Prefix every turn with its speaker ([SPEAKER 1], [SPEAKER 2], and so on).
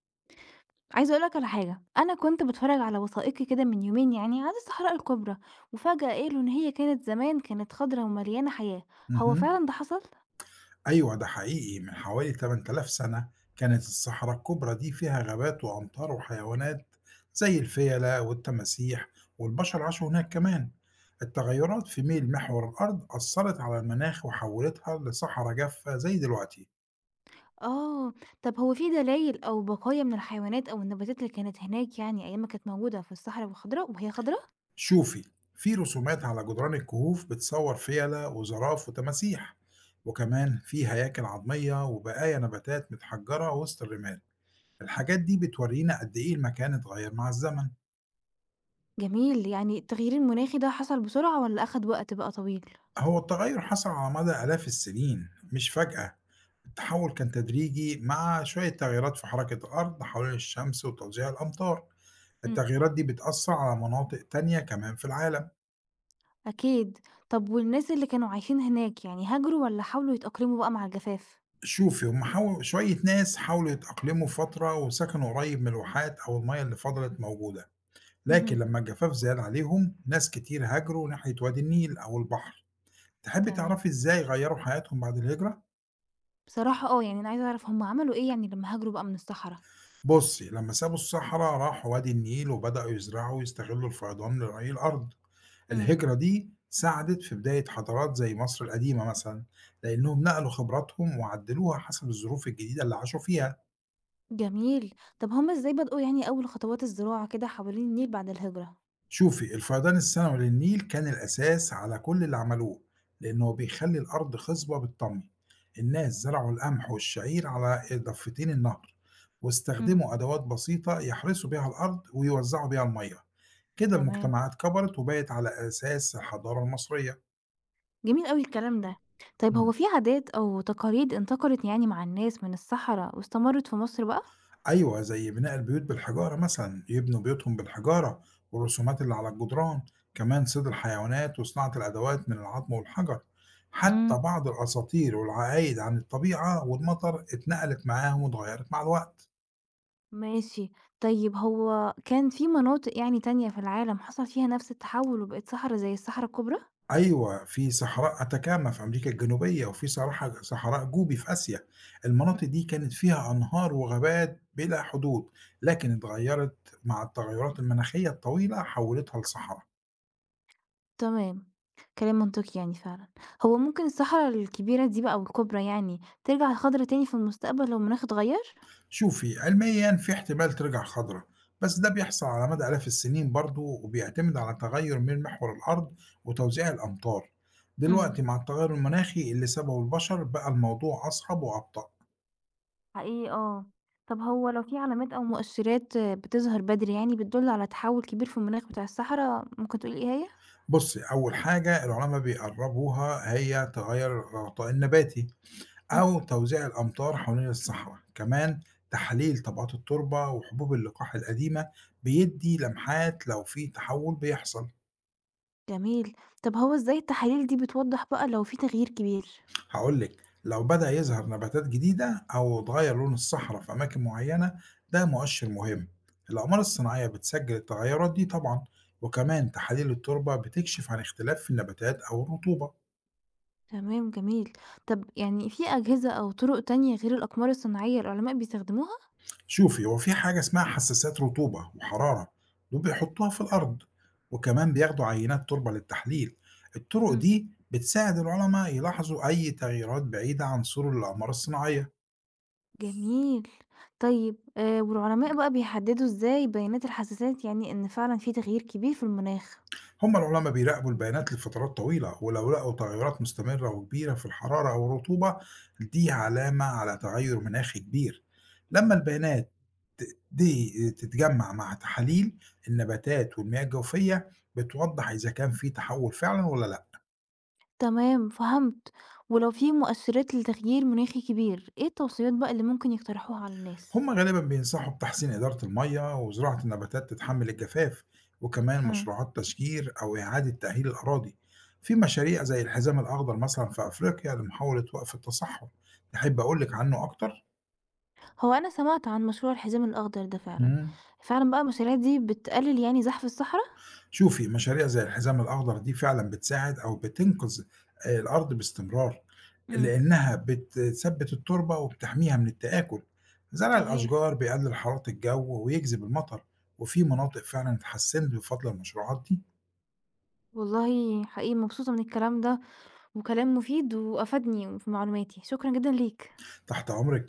[SPEAKER 1] عايزة أقول لك على حاجة، أنا كنت باتفرّج على وثائقي كده من يومين يعني عن الصحراء الكبرى، وفجأة قالوا إن هي كانت زمان كانت خضرا ومليانة حياة، هو
[SPEAKER 2] اهم.
[SPEAKER 1] فعلًا ده حصل؟
[SPEAKER 2] أيوه ده حقيقي، من حوالي 8000 سنة كانت الصحراء الكبرى دي فيها غابات وأمطار وحيوانات زي الفيلة والتماسيح والبشر عاشوا هناك كمان. التغيرات في ميل محور الأرض أثرت على المناخ وحولتها لصحراء جافة زي دلوقتي.
[SPEAKER 1] آه، طب هو في دلايل أو بقايا من الحيوانات أو النباتات اللي كانت هناك يعني أيام ما كانت موجودة في الصحراء والخضراء وهي خضرا؟
[SPEAKER 2] شوفي، في رسومات على جدران الكهوف بتصور فيلة وزراف وتماسيح، وكمان في هياكل عظمية وبقايا نباتات متحجرة وسط الرمال. الحاجات دي بتورينا قد إيه المكان اتغير مع الزمن.
[SPEAKER 1] جميل، يعني التغيير المناخي ده حصل بسرعة والّا أخد وقت بقى طويل؟
[SPEAKER 2] هو التغيُّر حصل على مدى آلاف السنين، مش فجأة. التحوُّل كان تدريجي مع شوية تغييرات في حركة الأرض حوالين الشمس وتوزيع الأمطار.
[SPEAKER 1] إمم.
[SPEAKER 2] التغييرات دي بتأثّر على مناطق تانية كمان في العالم.
[SPEAKER 1] أكيد، طب والناس اللي كانوا عايشين هناك يعني هاجروا والّا حاولوا يتأقلموا بقى مع الجفاف؟
[SPEAKER 2] شوفي، هُم حاو شوية ناس حاولوا يتأقلموا فترة وسكنوا قريب من الواحات أو المَيَّة اللي فضلت موجودة، لكن
[SPEAKER 1] اهم.
[SPEAKER 2] لمّا الجفاف زاد عليهم ناس كتير هاجروا ناحية وادي النيل أو البحر. تحبّي
[SPEAKER 1] تمام.
[SPEAKER 2] تعرفي إزاي غيّروا حياتهم بعد الهجرة؟
[SPEAKER 1] بصراحة آه، يعني أنا عايزة أعرف هُم عملوا إيه يعني لمّا هاجروا بقى من الصحرا؟
[SPEAKER 2] بُصّي، لمّا سابوا الصحرا راحوا وادي النيل وبدأوا يزرعوا ويستغلوا الفيضان لري الأرض.
[SPEAKER 1] إمم.
[SPEAKER 2] الهجرة دي ساعدت في بداية حضارات زي مصر القديمة مثلًا، لإنهم نقلوا خبراتهم وعدلوها حسب الظروف الجديدة اللي عاشوا فيها.
[SPEAKER 1] جميل. طب هُم إزاي بدؤوا يعني أول خطوات الزراعة كده حوالين النيل بعد الهجرة؟
[SPEAKER 2] شوفي، الفيضان السنوي للنيل كان الأساس على كل اللي عملوه، لأنه بيخلّي الأرض خصبة بالطمي. الناس زرعوا القمح والشعير على ضفتين النهر،
[SPEAKER 1] إمم.
[SPEAKER 2] واستخدموا أدوات بسيطة يحرثوا بيها الأرض ويوزعوا بيها المَيّة. كده
[SPEAKER 1] تمام،
[SPEAKER 2] المجتمعات كبرت وبقت على أساس الحضارة المصرية.
[SPEAKER 1] جميل أوي الكلام ده. طيب هو
[SPEAKER 2] امم
[SPEAKER 1] في عادات أو تقاليد انتقلت يعني مع الناس من الصحرا واستمرت في مصر بقى؟
[SPEAKER 2] أيوة، زي بناء البيوت بالحجارة مثلا يبنوا بيوتهم بالحجارة، والرسومات اللي على الجدران، كمان صيد الحيوانات وصناعة الأدوات من العظم والحجر.
[SPEAKER 1] إمم.
[SPEAKER 2] حتى بعض الأساطير والعقايد عن الطبيعة والمطر اتنقلت معاهم واتغيرت مع الوقت.
[SPEAKER 1] ماشي. طيب هو كان في مناطق يعني تانية في العالم حصل فيها نفس التحوّل وبقت صحرا زي الصحرا الكبرى؟
[SPEAKER 2] أيوه، في صحراء أتاكاما في أمريكا الجنوبية، وفي صراحة صحراء جوبي في آسيا. المناطق دي كانت فيها أنهار وغابات بلا حدود، لكن اتغيّرت مع التغيّرات المناخية الطويلة حوّلتها لصحرا.
[SPEAKER 1] تمام، كلام منطقي يعني فعلًا. هو ممكن الصحرا الكبيرة دي بقى والكُبرى يعني ترجع خضرا تاني في المستقبل لو المناخ اتغيّر؟
[SPEAKER 2] شوفي، علميًا في احتمال ترجع خضرا، بس ده بيحصل على مدى آلاف السنين برضه وبيعتمد على تغيُّر من محور الأرض وتوزيع الأمطار.
[SPEAKER 1] إمم.
[SPEAKER 2] دلوقتي مع التغيُّر المناخي اللي سببه البشر بقى الموضوع أصعب وأبطأ.
[SPEAKER 1] حقيقي آه. طب هو لو في علامات أو مؤشرات بتظهر بدري يعني بتدل على تحوّل كبير في المناخ بتاع الصحرا، ممكن تقولي إيه هي؟
[SPEAKER 2] بُصّي، أول حاجة العلماء بيقرّبوها هي تغيّر الغطاء النباتي
[SPEAKER 1] إمم.
[SPEAKER 2] أو توزيع الأمطار حوالين الصحراء. كمان تحليل طبقات التربة وحبوب اللقاح القديمة بيدّي لمحات لو في تحوّل بيحصل.
[SPEAKER 1] جميل. طب هو إزاي التحاليل دي بتوضّح بقى لو في تغيير كبير؟
[SPEAKER 2] هاقول لِك، لو بدأ يظهر نباتات جديدة أو اتغيّر لون الصحراء في أماكن معيّنة ده مؤشر مهم. الأقمار الصناعية بتسجّل التغيّرات دي طبعًا، وكمان تحاليل التربة بتكشف عن اختلاف في النباتات أو الرطوبة.
[SPEAKER 1] تمام، جميل. طب يعني في أجهزة أو طُرق تانية غير الأقمار الصناعية العلماء بيستخدموها؟
[SPEAKER 2] شوفي، هو في حاجة اسمها حساسات رطوبة وحرارة، دول بيحطوها في الأرض، وكمان بياخدوا عينات تربة للتحليل. الطرق دي بتساعد العلماء يلاحظوا أي تغيرات بعيدة عن سور الأقمار الصناعية.
[SPEAKER 1] جميل. طيب والعلماء بقى بيحددوا إزاي بيانات الحساسات يعني إن فعلًا في تغيير كبير في المناخ؟
[SPEAKER 2] هم العلماء بيراقبوا البيانات لفترات طويلة، ولو لقوا تغيرات مستمرة وكبيرة في الحرارة أو الرطوبة دي علامة على تغير مناخي كبير. لما البيانات دي تتجمع مع تحاليل النباتات والمياه الجوفية بتوضح إذا كان في تحول فعلا ولا لأ.
[SPEAKER 1] تمام فهمت. ولو في مؤشرات لتغيير مناخي كبير، إيه التوصيات بقى اللي ممكن يقترحوها على الناس؟
[SPEAKER 2] هم غالبا بينصحوا بتحسين إدارة المية وزراعة النباتات تتحمل الجفاف، وكمان
[SPEAKER 1] إمم.
[SPEAKER 2] مشروعات تشجير أو إعادة تأهيل الأراضي. في مشاريع زي الحزام الأخضر مثلا في أفريقيا لمحاولة وقف التصحر. تحب أقول لك عنه أكتر؟
[SPEAKER 1] هو أنا سمعت عن مشروع الحزام الأخضر ده فعلًا.
[SPEAKER 2] مم.
[SPEAKER 1] فعلًا بقى المشاريع دي بتقلل يعني زحف الصحرا؟
[SPEAKER 2] شوفي، مشاريع زي الحزام الأخضر دي فعلا بتساعد أو بتنقذ الأرض باستمرار،
[SPEAKER 1] إمم،
[SPEAKER 2] لأنها بتثبت التربة وبتحميها من التآكل. زرع
[SPEAKER 1] صحيح.
[SPEAKER 2] الأشجار بيقلل حرارة الجو ويجذب المطر. وفي مناطق فعلا اتحسنت بفضل المشروعات دي.
[SPEAKER 1] والله حقيقي مبسوطة من الكلام ده، وكلام مفيد وأفادني في معلوماتي. شكرًا جدًا ليك.
[SPEAKER 2] تحت أمرك.